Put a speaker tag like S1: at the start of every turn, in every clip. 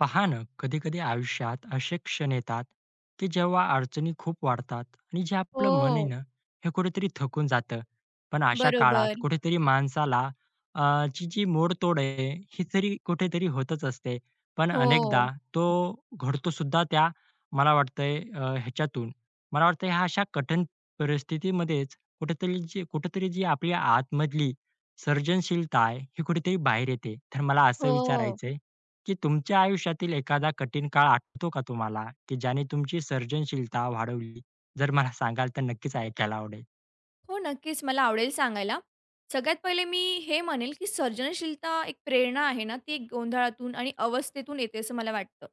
S1: पहा ना, कधी-कधी आयुष्यात असे क्षण येतात, की जेव्हा अडचणी खूप वाढतात आणि जे आपलं मन आहे
S2: हो,
S1: ना, हे कुठेतरी थकून जातं. पण अशा काळात
S2: बरोबर.
S1: कुठेतरी माणसाला ची जी मोडतोड आहे, ही तरी कुठेतरी होतच असते. पण
S2: हो,
S1: अनेकदा तो घडतो सुद्धा त्या मला वाटतंय ह्याच्यातून. मला वाटतंय ह्या अशा कठीण परिस्थितीमध्येच कुठेतरी जी आपली आतमधली सर्जनशीलता आहे, ही कुठेतरी बाहेर येते. तर मला असं
S2: हो.
S1: विचारायचंय, की तुमच्या आयुष्यातील एखादा कठीण काळ आठवतो का तुम्हाला, की ज्याने तुमची सर्जनशीलता वाढवली? जर मला सांगाल तर नक्कीच ऐकायला आवडेल.
S2: हो, नक्कीच मला आवडेल सांगायला. सगळ्यात पहिले मी हे म्हणेल, की सर्जनशीलता एक प्रेरणा आहे ना, ती एक गोंधळातून आणि अवस्थेतून येते असं मला वाटतं.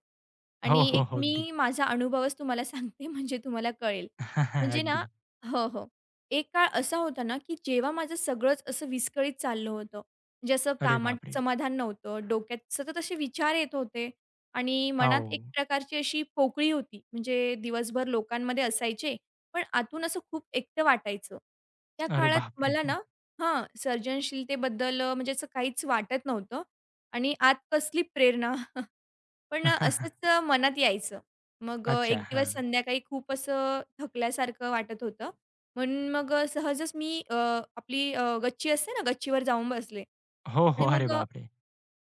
S1: हो,
S2: आणि
S1: हो,
S2: एक
S1: हो. अगदी.
S2: मी माझा अनुभवच तुम्हाला सांगते म्हणजे तुम्हाला कळेल. म्हणजे ना
S1: अगदी.
S2: हो, हो. एक काळ असा होता ना, की जेव्हा माझं सगळंच असं विस्कळीत चाललं होतं. म्हणजे असं
S1: अरे
S2: कामात
S1: बापरे!
S2: समाधान नव्हतं, डोक्यात सतत असे विचार येत होते आणि मनात
S1: हो.
S2: एक प्रकारची अशी पोकळी होती. म्हणजे दिवसभर लोकांमध्ये असायचे, पण आतून असं खूप एकटं वाटायचं. त्या
S1: अरे
S2: काळात
S1: बापरे!
S2: मला ना हां, सर्जनशीलतेबद्दल म्हणजे असं काहीच वाटत नव्हतं आणि आत कसली प्रेरणा पण असंच मनात यायचं. मग
S1: अच्छा.
S2: एक दिवस
S1: हां.
S2: संध्याकाळी खूप असं थकल्यासारखं वाटत होतं. म्हणून मग सहजच मी आपली गच्ची असते ना, गच्चीवर जाऊन बसले
S1: हो, हो.
S2: आणि
S1: अरे
S2: मग
S1: बापरे!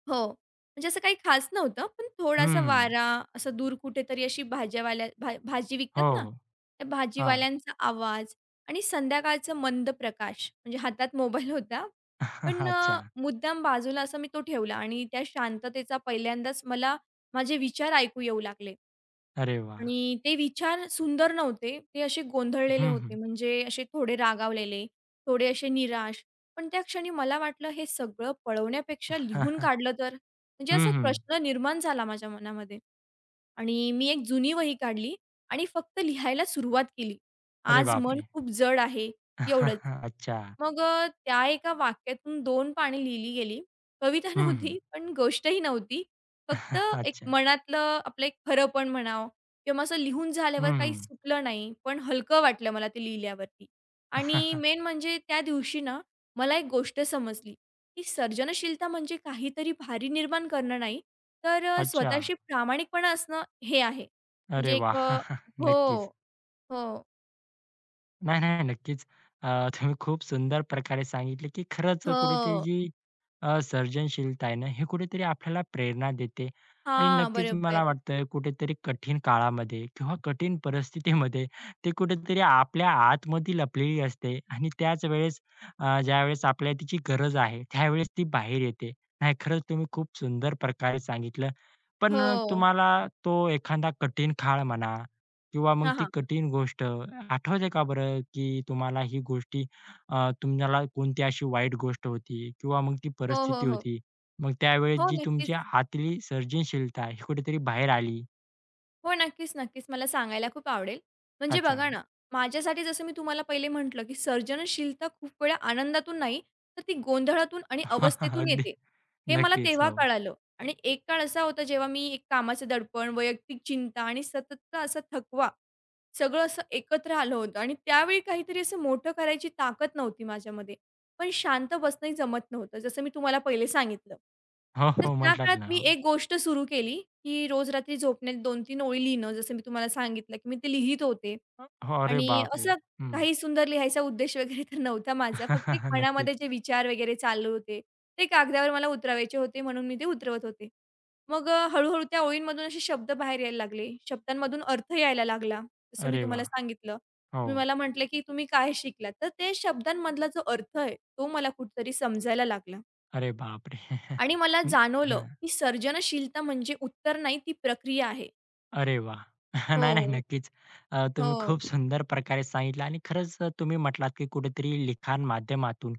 S2: हो. म्हणजे असं काही खास नव्हतं, पण थोडासा
S1: हं.
S2: वारा, असं दूर कुठेतरी अशी भाज्यावाल्या भाजी विकतात
S1: हो.
S2: ना,
S1: हो.
S2: त्या
S1: हां.
S2: भाजीवाल्यांचा आवाज आणि संध्याकाळचा मंद प्रकाश. म्हणजे हातात मोबाईल होता, पण
S1: अच्छा.
S2: मुद्दाम बाजूला असा मी तो ठेवला आणि त्या शांततेचा पहिल्यांदाच मला माझे विचार ऐकू येऊ लागले.
S1: अरे वाह!
S2: आणि ते विचार सुंदर नव्हते. ते असे गोंधळलेले
S1: हं, हं.
S2: होते, म्हणजे असे थोडे रागावलेले, थोडे असे निराश. पण त्या क्षणी मला वाटलं हे सगळं पळवण्यापेक्षा लिहून काढलं तर? म्हणजे असा एक प्रश्न निर्माण झाला माझ्या मनामध्ये. आणि मी एक जुनी वही काढली आणि फक्त लिहायला सुरुवात केली.
S1: अरे
S2: आज मन
S1: बापरे!
S2: खूप जड आहे, एवढंच.
S1: अच्छा.
S2: मग त्या एका वाक्यातून दोन पाने लिहिली गेली. कविता
S1: हं,
S2: नव्हती, पण गोष्टही नव्हती. फक्त एक
S1: अच्छा.
S2: मनातलं आपलं एक खरंपण म्हणावं किंवा असं लिहून झाल्यावर
S1: हं,
S2: काही सुटलं नाही, पण हलकं वाटलं मला ते लिहिल्यावरती. आणि मेन म्हणजे त्या दिवशी ना, मला एक गोष्ट समजली, की सर्जनशीलता म्हणजे काहीतरी भारी निर्माण करणं नाही, तर
S1: अच्छा.
S2: स्वतःशी प्रामाणिकपणा असणं हे आहे. म्हणजे
S1: अरे
S2: एक
S1: वाह! नक्कीच.
S2: हो, हो,
S1: नाही, नाही. नक्कीच. अ, तुम्ही खूप सुंदर प्रकारे सांगितले, की खरंच कुठेतरी
S2: हो.
S1: जी सर्जनशीलता आहे ना, हे कुठेतरी आपल्याला प्रेरणा देते आणि
S2: हां,
S1: नक्कीच मला
S2: बरोबर.
S1: वाटतं कुठेतरी कठीण काळामध्ये किंवा कठीण परिस्थितीमध्ये ते कुठेतरी आपल्या आतमध्ये लपलेली असते आणि त्याच वेळेस ज्यावेळेस आपल्याला तिची गरज आहे, त्यावेळेस ती बाहेर येते. नाही, खरंच तुम्ही खूप सुंदर प्रकारे सांगितलं. पण
S2: हो.
S1: तुम्हाला तो एखादा कठीण काळ म्हणा किंवा मग
S2: हां,
S1: ती
S2: हां.
S1: कठीण गोष्ट आठवते का बरं, की तुम्हाला ही गोष्ट तुम्हाला कोणती अशी वाईट गोष्ट होती किंवा मग ती
S2: हो, हो,
S1: परिस्थिती
S2: हो.
S1: होती. मग त्यावेळेस
S2: हो,
S1: जी
S2: नक्कीच.
S1: तुमच्या आतली सर्जनशीलता आहे, ही कुठेतरी बाहेर आली.
S2: हो, नक्कीच, नक्कीच. मला सांगायला खूप आवडेल. म्हणजे
S1: अच्छा.
S2: बघा ना, माझ्यासाठी जसं मी तुम्हाला पहिले म्हटलं, की सर्जनशीलता खूप वेळा आनंदातून नाही, तर ती गोंधळातून आणि अवस्थेतून
S1: अगदी.
S2: येते. हे मला
S1: नक्कीच.
S2: तेव्हा
S1: हो.
S2: कळालं आणि एक काळ असा होता, जेव्हा मी एक कामाचं दडपण, वैयक्तिक चिंता आणि सततचा असा थकवा, सगळं असं एकत्र आलं होतं आणि त्यावेळी काहीतरी असं मोठं करायची ताकद नव्हती माझ्यामध्ये. पण शांत बसणंही जमत नव्हतं, जसं मी तुम्हाला पहिले सांगितलं.
S1: हो,
S2: तर
S1: हो.
S2: त्या
S1: म्हटलात
S2: काळात
S1: ना.
S2: मी
S1: हो.
S2: एक गोष्ट सुरू केली, की रोज रात्री झोपण्यात 2 तीन ओळी लिहिणं. जसं मी तुम्हाला सांगितलं, की मी ते लिहीत होते.
S1: हो. अरे
S2: आणि
S1: बापरे!
S2: असं
S1: हं.
S2: काही सुंदर लिहायचा उद्देश वगैरे तर नव्हता माझा. फक्त एक मनामध्ये
S1: नक्कीच.
S2: जे विचार वगैरे चालू होते, ते कागदावर मला उतरवायचे होते म्हणून मी ते उतरवत होते. मग हळू-हळू त्या ओळींमधून असे शब्द बाहेर यायला लागले. शब्दांमधून अर्थ यायला लागला. जसं मी
S1: अरे
S2: तुम्हाला
S1: वाह!
S2: सांगितलं.
S1: हो.
S2: तुम्ही मला म्हटलं, की "तुम्ही काय शिकलात?" तर ते शब्दांमधला जो अर्थ आहे, तो मला कुठेतरी समजायला लागला
S1: अरे बापरे!
S2: आणि मला
S1: हं.
S2: जाणवलं,
S1: हां.
S2: की सर्जनशीलता म्हणजे उत्तर नाही, ती प्रक्रिया आहे.
S1: अरे वा, नाही, नाही.
S2: हो,
S1: नक्कीच. तुम्ही
S2: हो.
S1: खूप सुंदर प्रकारे सांगितलं आणि खरंच तुम्ही म्हटलात, की कुठेतरी लिखाण माध्यमातून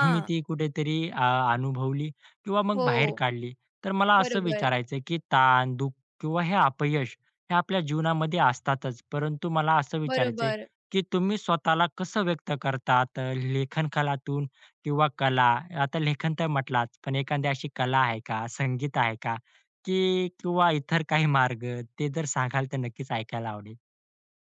S1: तुम्ही ती कुठेतरी अनुभवली किंवा मग
S2: हो.
S1: बाहेर काढली. तर मला असं
S2: बरोबर,
S1: विचारायचं की ताण, दुःख किंवा हे अपयश हे आपल्या जीवनामध्ये असतातच. परंतु मला असं विचारायचं
S2: बरोबर.
S1: की तुम्ही स्वतःला कसं व्यक्त करतात? लेखन कलातून किंवा कला, आता लेखन तर म्हटलाच, पण एखादी अशी कला आहे का, संगीत आहे का? की किंवा इतर काही मार्ग, ते जर सांगाल तर नक्कीच ऐकायला आवडेल.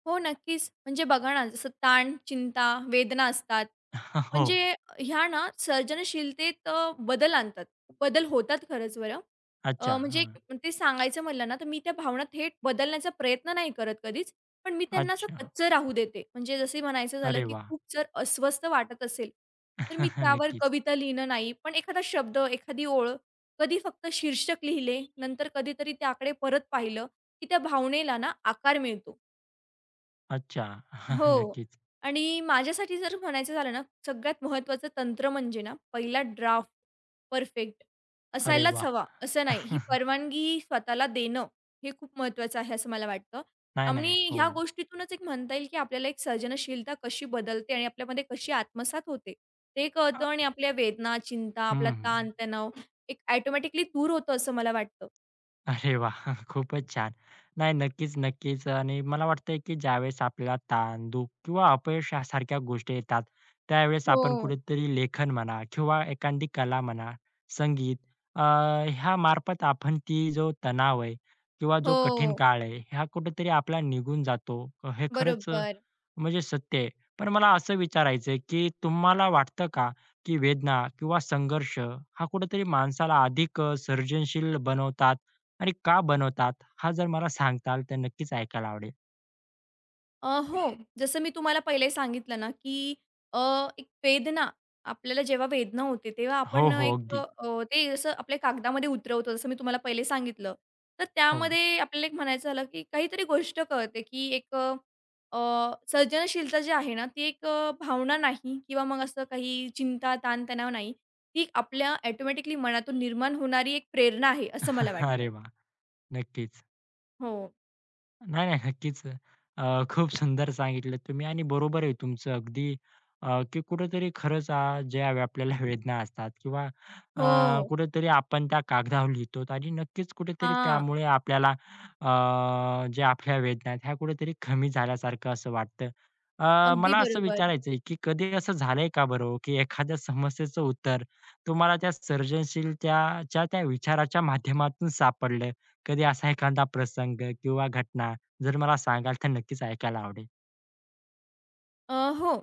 S2: हो, नक्कीच. म्हणजे बघा ना, जसं ताण, चिंता, वेदना असतात. म्हणजे
S1: हो.
S2: ह्या ना सर्जनशीलतेत बदल आणतात. बदल होतात खरंच बरं.
S1: अच्छा.
S2: म्हणजे
S1: हां.
S2: ते सांगायचं म्हणलं ना, तर मी त्या भावना थेट बदलण्याचा प्रयत्न नाही करत कधीच. पण मी त्यांना असं
S1: अच्छा.
S2: कच्चं राहू देते. म्हणजे जसं म्हणायचं झालं,
S1: अरे
S2: की
S1: वा
S2: खूप जर अस्वस्थ वाटत असेल, तर मी त्यावर
S1: नक्कीच.
S2: कविता लिहिणं नाही. पण एखादा शब्द, एखादी ओळ, कधी फक्त शीर्षक लिहिले, नंतर कधीतरी त्याकडे परत पाहिलं, की त्या भावनेला ना आकार मिळतो.
S1: अच्छा.
S2: हो.
S1: नक्कीच.
S2: आणि माझ्यासाठी जर म्हणायचं झालं ना, सगळ्यात महत्त्वाचं तंत्र म्हणजे ना, पहिला ड्राफ्ट परफेक्ट
S1: अरे
S2: असायलाच
S1: वा
S2: हवा, असं नाही. ही परवानगी स्वतःला देणं हे खूप महत्त्वाचं आहे, असं मला वाटतं.
S1: नाही, नाही.
S2: आणि
S1: हो.
S2: ह्या गोष्टीतूनच एक म्हणता येईल, की आपल्याला एक सर्जनशीलता कशी बदलते आणि आपल्यामध्ये कशी आत्मसात होते, ते
S1: अ,
S2: कळतं आणि आपल्या वेदना, चिंता, आपला
S1: हं,
S2: ताण-तणाव एक ऑटोमॅटिकली दूर होतं, असं मला वाटतं.
S1: अरे वा, खूपच छान. नाही, नक्कीच, नक्कीच. आणि मला वाटतंय, की ज्यावेळेस आपल्याला ताण, दुःख किंवा अपयश यासारख्या गोष्टी येतात, त्यावेळेस
S2: हो.
S1: आपण कुठेतरी लेखन म्हणा किंवा एखादी कला म्हणा, संगीत अ, ह्यामार्फत आपण ती जो तणाव आहे किंवा जो
S2: हो.
S1: कठीण काळ आहे, हा कुठेतरी आपला निघून जातो. हे खरंच
S2: बरोबर.
S1: म्हणजे सत्य आहे. पण मला असं विचारायचं आहे, की तुम्हाला वाटतं का, की वेदना किंवा संघर्ष हा कुठेतरी माणसाला अधिक सर्जनशील बनवतात आणि का बनवतात? हा जर मला सांगताल तर नक्कीच ऐकायला आवडेल.
S2: हो. जसं मी तुम्हाला पहिले सांगितलं ना, की अ, एक वेदना आपल्याला जेव्हा वेदना होते, तेव्हा
S1: हो,
S2: आपण
S1: हो.
S2: एक
S1: अगदी.
S2: ते असं आपल्या कागदामध्ये उतरवतो, जसं मी तुम्हाला पहिले सांगितलं. तर
S1: हो.
S2: त्यामध्ये आपल्याला एक म्हणायचं झालं, की काहीतरी गोष्ट कळते, की एक सर्जनशीलता जी आहे ना, ती एक भावना नाही किंवा मग असं काही चिंता, ताणतणाव नाही. ती आपल्या ऑटोमॅटिकली मनातून निर्माण होणारी एक प्रेरणा आहे, असं मला वाटतं.
S1: अरे वा, नक्कीच.
S2: हो.
S1: नाही, नाही. नक्कीच. खूप सुंदर सांगितलं तुम्ही आणि बरोबर आहे तुमचं अगदी की कुठेतरी खरंच ज्या वे- आपल्याला वेदना असतात किंवा
S2: हो.
S1: कुठेतरी आपण त्या कागदावर लिहितो आणि नक्कीच कुठेतरी
S2: हां.
S1: त्यामुळे आपल्याला ज्या आपल्या वेदना आहेत ह्या कुठेतरी कमी झाल्यासारखं असं वाटतं.
S2: अगदी
S1: मला असं
S2: बरोबर.
S1: विचारायचं की कधी असं झालंय का बरं हो, की एखाद्या समस्येचं उत्तर तुम्हाला त्या सर्जनशीलतेच्या त्या विचाराच्या माध्यमातून सापडलं? कधी असा एखादा प्रसंग किंवा घटना जर मला सांगाल तर नक्कीच ऐकायला आवडेल.
S2: अ, हो.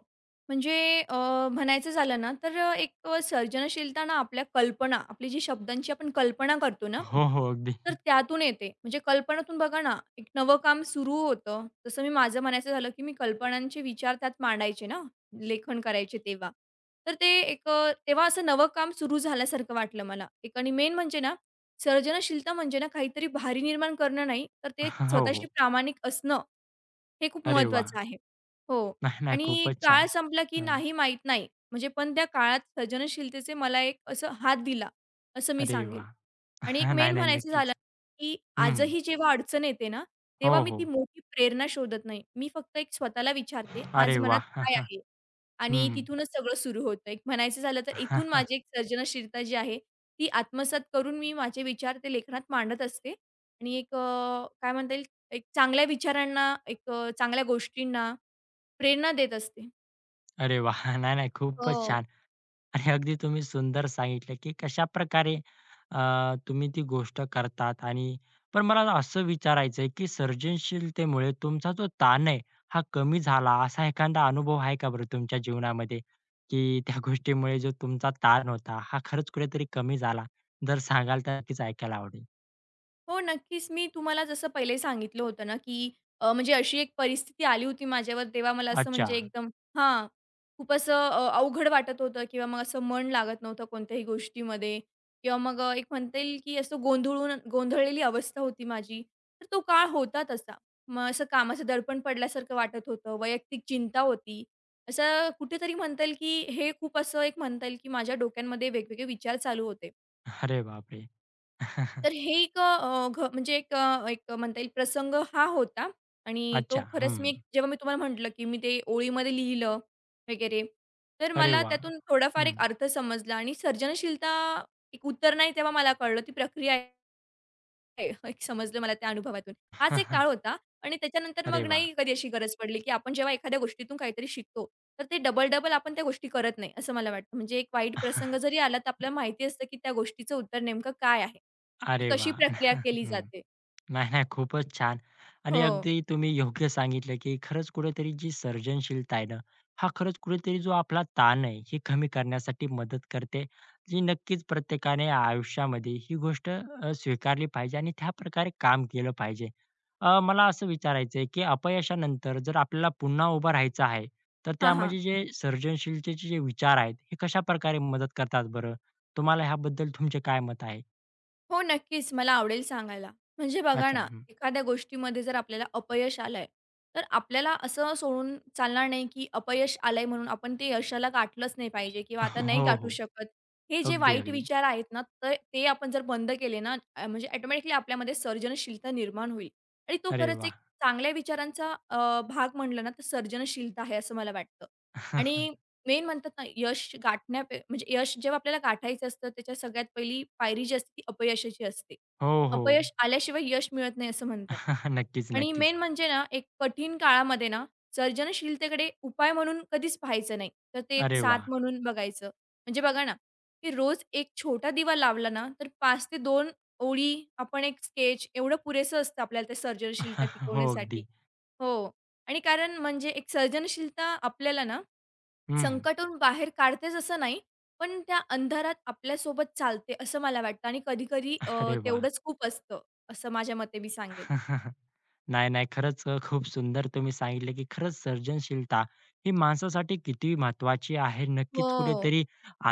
S2: म्हणजे अ, म्हणायचं झालं ना, तर एक सर्जनशीलता ना आपल्या कल्पना, आपली जी शब्दांची आपण कल्पना करतो ना,
S1: हो, हो. अगदी.
S2: तर त्यातून येते. म्हणजे कल्पनातून बघा ना, एक नवं काम सुरू होतं. जसं मी माझं म्हणायचं झालं, की मी कल्पनांचे विचार त्यात मांडायचे ना, लेखन करायचे तेव्हा. तर ते एक तेव्हा असं नवं काम सुरू झाल्यासारखं वाटलं मला. एक आणि मेन म्हणजे ना, सर्जनशीलता म्हणजे ना, काहीतरी भारी निर्माण करणं नाही, तर ते
S1: हो,
S2: स्वतःशी
S1: हो.
S2: प्रामाणिक असणं हे खूप
S1: अरे वाह!
S2: महत्वाचं आहे. हो
S1: नाही, नाही.
S2: आणि
S1: खूपच
S2: काळ
S1: छान.
S2: संपला की
S1: हं.
S2: नाही माहीत नाही. म्हणजे पण त्या काळात सर्जनशीलतेचे मला एक असं हात दिला, असं मी
S1: अरे
S2: सांगेल.
S1: वाह!
S2: आणि एक मेन
S1: नाही, नाही.
S2: म्हणायचं झालं,
S1: नक्कीच.
S2: की
S1: हं.
S2: आजही जेव्हा अडचण येते ना,
S1: हो,
S2: तेव्हा मी ती
S1: हो.
S2: मोठी प्रेरणा शोधत नाही. मी फक्त एक स्वतःला विचारते, आज
S1: अरे
S2: मनात
S1: वाह!
S2: काय
S1: हं,
S2: आहे? आणि
S1: हं.
S2: तिथूनच सगळं सुरू होतं. एक म्हणायचं झालं तर इथून माझी एक सर्जनशीलता जी आहे, ती आत्मसात करून मी माझे विचार ते लेखनात मांडत असते आणि एक काय म्हणता येईल, एक चांगल्या विचारांना, एक चांगल्या गोष्टींना प्रेरणा देत असते.
S1: अरे वाह! नाही, नाही. खूपच
S2: हो.
S1: छान. आणि अगदी तुम्ही सुंदर सांगितलं, की कशाप्रकारे तुम्ही ती गोष्ट करतात आणि पण मला असं विचारायचंय, की सर्जनशीलतेमुळे तुमचा जो ताण आहे, हा कमी झाला असा एखादा अनुभव आहे का बरं तुमच्या जीवनामध्ये? की त्या गोष्टीमुळे जो तुमचा ताण होता, हा खरंच कुठेतरी कमी झाला? जर सांगाल तर नक्कीच ऐकायला आवडेल.
S2: हो, नक्कीच. मी तुम्हाला जसं पहिले सांगितलं होतं ना, की म्हणजे अशी एक परिस्थिती आली होती माझ्यावर. तेव्हा मला असं
S1: अच्छा.
S2: म्हणजे एकदम हां, खूप असं अवघड वाटत होतं किंवा मग असं मन लागत नव्हतं कोणत्याही गोष्टीमध्ये किंवा मग एक म्हणता येईल, की असं गोंधळलेली अवस्था होती माझी. तर तो काळ होता तसा. मग असं कामाचं दडपण पडल्यासारखं वाटत होतं. वैयक्तिक चिंता होती. असं कुठेतरी म्हणता येईल, की हे खूप असं एक म्हणता येईल, की माझ्या डोक्यांमध्ये वेगवेगळे विचार चालू होते.
S1: अरे बापरे!
S2: तर हे एक अ, घ म्हणजे एक एक म्हणता येईल प्रसंग हा होता आणि तो
S1: अच्छा. हं.
S2: खरंच मी तुम्हाला म्हटलं, की मी ते ओळीमध्ये लिहिलं वगैरे, तर
S1: अरे
S2: मला
S1: वाह!
S2: त्यातून थोडाफार
S1: हं.
S2: एक अर्थ समजला आणि सर्जनशीलता एक उत्तर नाही तेव्हा मला कळलं ती प्रक्रिया आहे. एक समजलं मला त्या अनुभवातून. हाच एक काळ होता आणि त्याच्यानंतर
S1: अरे
S2: मग
S1: वाह!
S2: नाही कधी अशी गरज पडली, की आपण जेव्हा एखाद्या गोष्टीतून काहीतरी शिकतो, तर ते डबल-डबल आपण त्या गोष्टी करत नाही, असं मला वाटतं. म्हणजे एक वाईट प्रसंग जरी आला, तर आपल्याला माहिती असतं, की त्या गोष्टीचं उत्तर नेमकं काय आहे? ती
S1: अरे
S2: कशी
S1: वाह! हं.
S2: प्रक्रिया केली जाते.
S1: नाही, नाही. खूपच छान. आणि
S2: हो.
S1: अगदी तुम्ही योग्य सांगितलं, की खरंच कुठेतरी जी सर्जनशीलता आहे ना, हा खरंच कुठेतरी जो आपला ताण आहे, हे कमी करण्यासाठी मदत करते. जी नक्कीच प्रत्येकाने आयुष्यामध्ये ही गोष्ट स्वीकारली पाहिजे आणि त्याप्रकारे काम केलं पाहिजे. मला असं विचारायचं की अपयशानंतर जर आपल्याला पुन्हा उभं राहायचं आहे, तर
S2: हां, हां.
S1: त्यामध्ये जे सर्जनशीलतेचे जे विचार आहेत, हे कशाप्रकारे मदत करतात बरं? तुम्हाला ह्याबद्दल तुमचे काय मत आहे?
S2: हो, नक्कीच. मला आवडेल सांगायला. म्हणजे बघा
S1: अच्छा.
S2: ना,
S1: हं.
S2: एखाद्या गोष्टीमध्ये जर आपल्याला अपयश आलंय, तर आपल्याला असं सोडून चालणार नाही, की अपयश आलंय म्हणून आपण ते यशाला गाठलंच नाही पाहिजे किंवा आता नाही
S1: हो,
S2: गाठू
S1: हो.
S2: शकत. हे जे
S1: अगदी,
S2: वाईट
S1: अगदी.
S2: विचार आहेत ना, तर ते आपण जर बंद केले ना, म्हणजे ऑटोमॅटिकली आपल्यामध्ये सर्जनशीलता निर्माण होईल आणि तो
S1: अरे
S2: खरंच एक
S1: वाह!
S2: चांगल्या विचारांचा भाग म्हणलं ना, तर सर्जनशीलता आहे असं मला वाटतं आणि मेन म्हणतात ना, यश गाठण्या पे म्हणजे यश जेव्हा आपल्याला गाठायचं असतं, त्याच्या सगळ्यात पहिली पायरी जी असते ती अपयशाची असते.
S1: हो, हो.
S2: अपयश आल्याशिवाय यश मिळत नाही असं म्हणतात.
S1: नक्कीच,
S2: आणि
S1: नक्कीच.
S2: मेन म्हणजे ना, एक कठीण काळामध्ये ना, सर्जनशीलतेकडे उपाय म्हणून कधीच पाहायचं नाही, तर ते एक
S1: अरे वा
S2: साथ म्हणून बघायचं. म्हणजे बघा ना, की रोज एक छोटा दिवा लावला ना, तर 5 ते 2 ओळी, आपण एक स्केच एवढं पुरेसं असतं आपल्याला ते सर्जनशीलता
S1: हो,
S2: टिकवण्यासाठी.
S1: अगदी.
S2: हो. आणि कारण म्हणजे एक सर्जनशीलता आपल्याला ना
S1: हं.
S2: संकटातून बाहेर काढतेच असं नाही, पण त्या अंधारात आपल्यासोबत चालते असं मला वाटतं आणि कधी-कधी
S1: अरे वाह!
S2: तेवढंच खूप असतं, असं माझ्या मते मी सांगेल.
S1: नाही, नाही. खरंच खूप सुंदर तुम्ही सांगितलं, की खरंच सर्जनशीलता ही माणसासाठी किती महत्वाची आहे. नक्कीच
S2: हो,
S1: कुठेतरी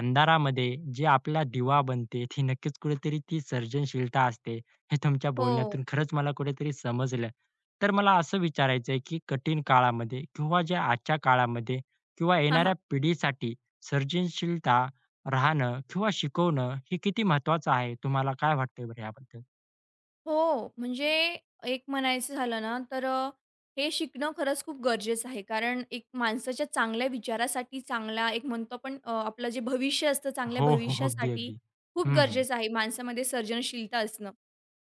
S1: अंधारामध्ये जे आपला दिवा बनते, ती नक्कीच कुठेतरी ती सर्जनशीलता असते. हे तुमच्या
S2: हो.
S1: बोलण्यातून खरंच मला कुठेतरी समजलं. तर मला असं विचारायचं आहे, की कठीण काळामध्ये किंवा ज्या आजच्या काळामध्ये किंवा
S2: हां,
S1: येणाऱ्या
S2: हां.
S1: पिढीसाठी सर्जनशीलता राहणं किंवा शिकवणं हे किती महत्त्वाचं आहे? तुम्हाला काय वाटतंय बरं याबद्दल?
S2: हो, म्हणजे एक म्हणायचं झालं ना, तर हे शिकणं खरंच खूप गरजेचं आहे. कारण एक माणसाच्या चांगल्या विचारासाठी चांगला एक म्हणतो आपण आपलं जे भविष्य असतं, चांगल्या
S1: हो, हो. अगदी,
S2: भविष्यासाठी
S1: अगदी.
S2: खूप
S1: हं, हं.
S2: गरजेचं आहे माणसामध्ये सर्जनशीलता असणं.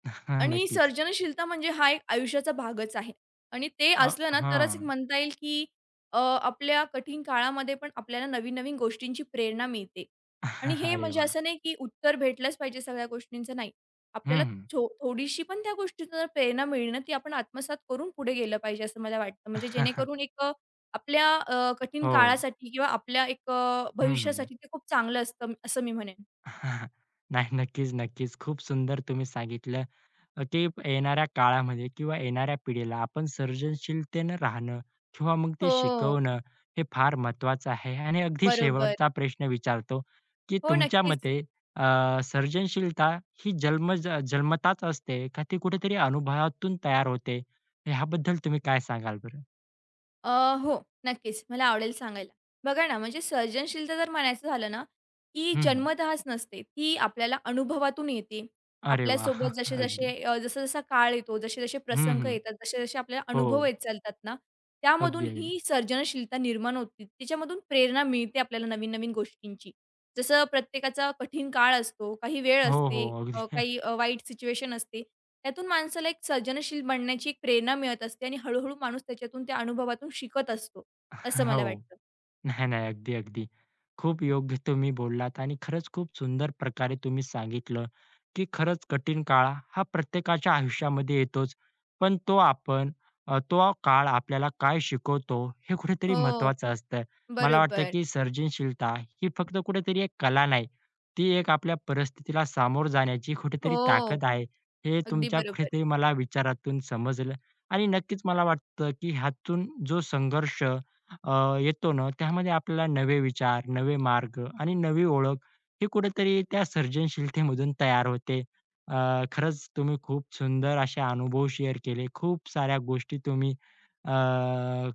S1: हां,
S2: आणि
S1: नक्कीच.
S2: सर्जनशीलता म्हणजे हा एक आयुष्याचा भागच आहे आणि ते
S1: अ,
S2: असलं ना तरच एक
S1: हां.
S2: म्हणता येईल, की आपल्या कठीण काळामध्ये पण आपल्याला नवीन-नवीन गोष्टींची प्रेरणा मिळते. आणि हे
S1: अरे
S2: म्हणजे
S1: वाह!
S2: असं नाही, की उत्तर भेटलंच पाहिजे सगळ्या गोष्टींचं नाही. आपल्याला
S1: हं.
S2: थोडीशी पण त्या गोष्टीतून जर प्रेरणा मिळणं ती आपण आत्मसात करून पुढे गेलं पाहिजे असं मला वाटतं. म्हणजे जेणेकरून एक आपल्या कठीण
S1: हो.
S2: काळासाठी किंवा आपल्या एक
S1: हं, हं.
S2: भविष्यासाठी ते खूप चांगलं असतं असं मी म्हणेन.
S1: नाही, नक्कीच, नक्कीच. खूप सुंदर तुम्ही सांगितलं, की येणाऱ्या काळामध्ये किंवा येणाऱ्या पिढीला आपण सर्जनशीलतेनं राहणं किंवा मग ते
S2: हो,
S1: शिकवणं हे फार महत्वाचं आहे. आणि अगदी
S2: बरोबर.
S1: शेवटचा प्रश्न विचारतो, की
S2: हो,
S1: तुमच्या
S2: नक्कीच.
S1: मते अ, सर्जनशीलता ही जन्मतःच असते का ती कुठेतरी अनुभवातून तयार होते? ह्याबद्दल तुम्ही काय सांगाल बरं?
S2: अ, हो, नक्कीच. मला आवडेल सांगायला. बघा ना, म्हणजे सर्जनशीलता जर म्हणायचं झालं ना, की
S1: हं,
S2: जन्मतःच नसते. ती आपल्याला अनुभवातून येते.
S1: अरे वाह!
S2: आपल्यासोबत
S1: अगदी.
S2: जसा-जसा काळ येतो, जसे-जसे
S1: हं,
S2: प्रसंग
S1: हं.
S2: येतात, जसे-जसे आपल्याला
S1: हो.
S2: अनुभव येत चालतात ना, त्यामधून
S1: अगदी, अगदी.
S2: ही सर्जनशीलता निर्माण होती. त्याच्यामधून प्रेरणा मिळते आपल्याला नवीन-नवीन गोष्टींची. जसं प्रत्येकाचा कठीण काळ असतो, काही वेळ
S1: हो,
S2: असते,
S1: हो. अगदी.
S2: काही वाईट सिच्युएशन असते. त्यातून माणसाला एक सर्जनशील बनण्याची एक प्रेरणा मिळत असते आणि हळूहळू माणूस त्याच्यातून त्या अनुभवातून शिकत असतो, असं मला
S1: हो.
S2: वाटतं.
S1: नाही, नाही. अगदी, अगदी. खूप योग्य तुम्ही बोललात आणि खरंच खूप सुंदर प्रकारे तुम्ही सांगितलं, की खरंच कठीण काळ हा प्रत्येकाच्या आयुष्यामध्ये येतोच. पण तो आपण तो काळ आपल्याला काय शिकवतो हे कुठेतरी
S2: हो,
S1: महत्त्वाचं असतं. मला वाटतं,
S2: बरोबर.
S1: की सर्जनशीलता ही फक्त कुठेतरी एक कला नाही. ती एक आपल्या परिस्थितीला सामोरं जाण्याची कुठेतरी
S2: हो,
S1: ताकद आहे. हे
S2: अगदी
S1: तुमच्या
S2: बरोबर.
S1: कुठेतरी मला विचारातून समजलं आणि नक्कीच मला वाटतं, की ह्यातून जो संघर्ष येतो ना, त्यामध्ये आपल्याला नवे विचार, नवे मार्ग आणि नवी ओळख हे कुठेतरी त्या सर्जनशीलतेमधून तयार होते. खरंच तुम्ही खूप सुंदर असे अनुभव शेअर केले. खूप साऱ्या गोष्टी तुम्ही अ,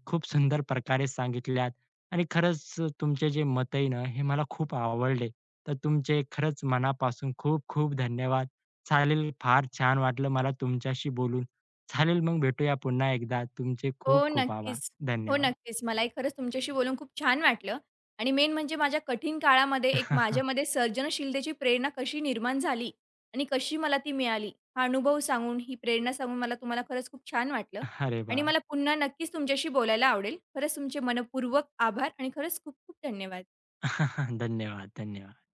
S1: खूप सुंदर प्रकारे सांगितल्यात आणि खरंच तुमचे जे मत आहे ना, हे मला खूप आवडले. तर तुमचे खरंच मनापासून खूप-खूप धन्यवाद. चालेल, फार छान वाटलं मला तुमच्याशी बोलून. चालेल, मग भेटूया पुन्हा एकदा. तुमचे
S2: हो,
S1: खूप-खूप आभार.
S2: नक्कीच. हो,
S1: धन्यवाद.
S2: नक्कीच. मलाही खरंच तुमच्याशी बोलून खूप छान वाटलं आणि मेन म्हणजे माझ्या कठीण काळामध्ये एक माझ्यामध्ये सर्जनशीलतेची प्रेरणा कशी निर्माण झाली आणि कशी मला ती मिळाली, हा अनुभव सांगून, ही प्रेरणा सांगून मला तुम्हाला खरंच खूप छान वाटलं
S1: अरे
S2: आणि
S1: वाह!
S2: मला पुन्हा नक्कीच तुमच्याशी बोलायला आवडेल. खरंच तुमचे मनःपूर्वक आभार आणि खरंच खूप खूप धन्यवाद.
S1: धन्यवाद, धन्यवाद.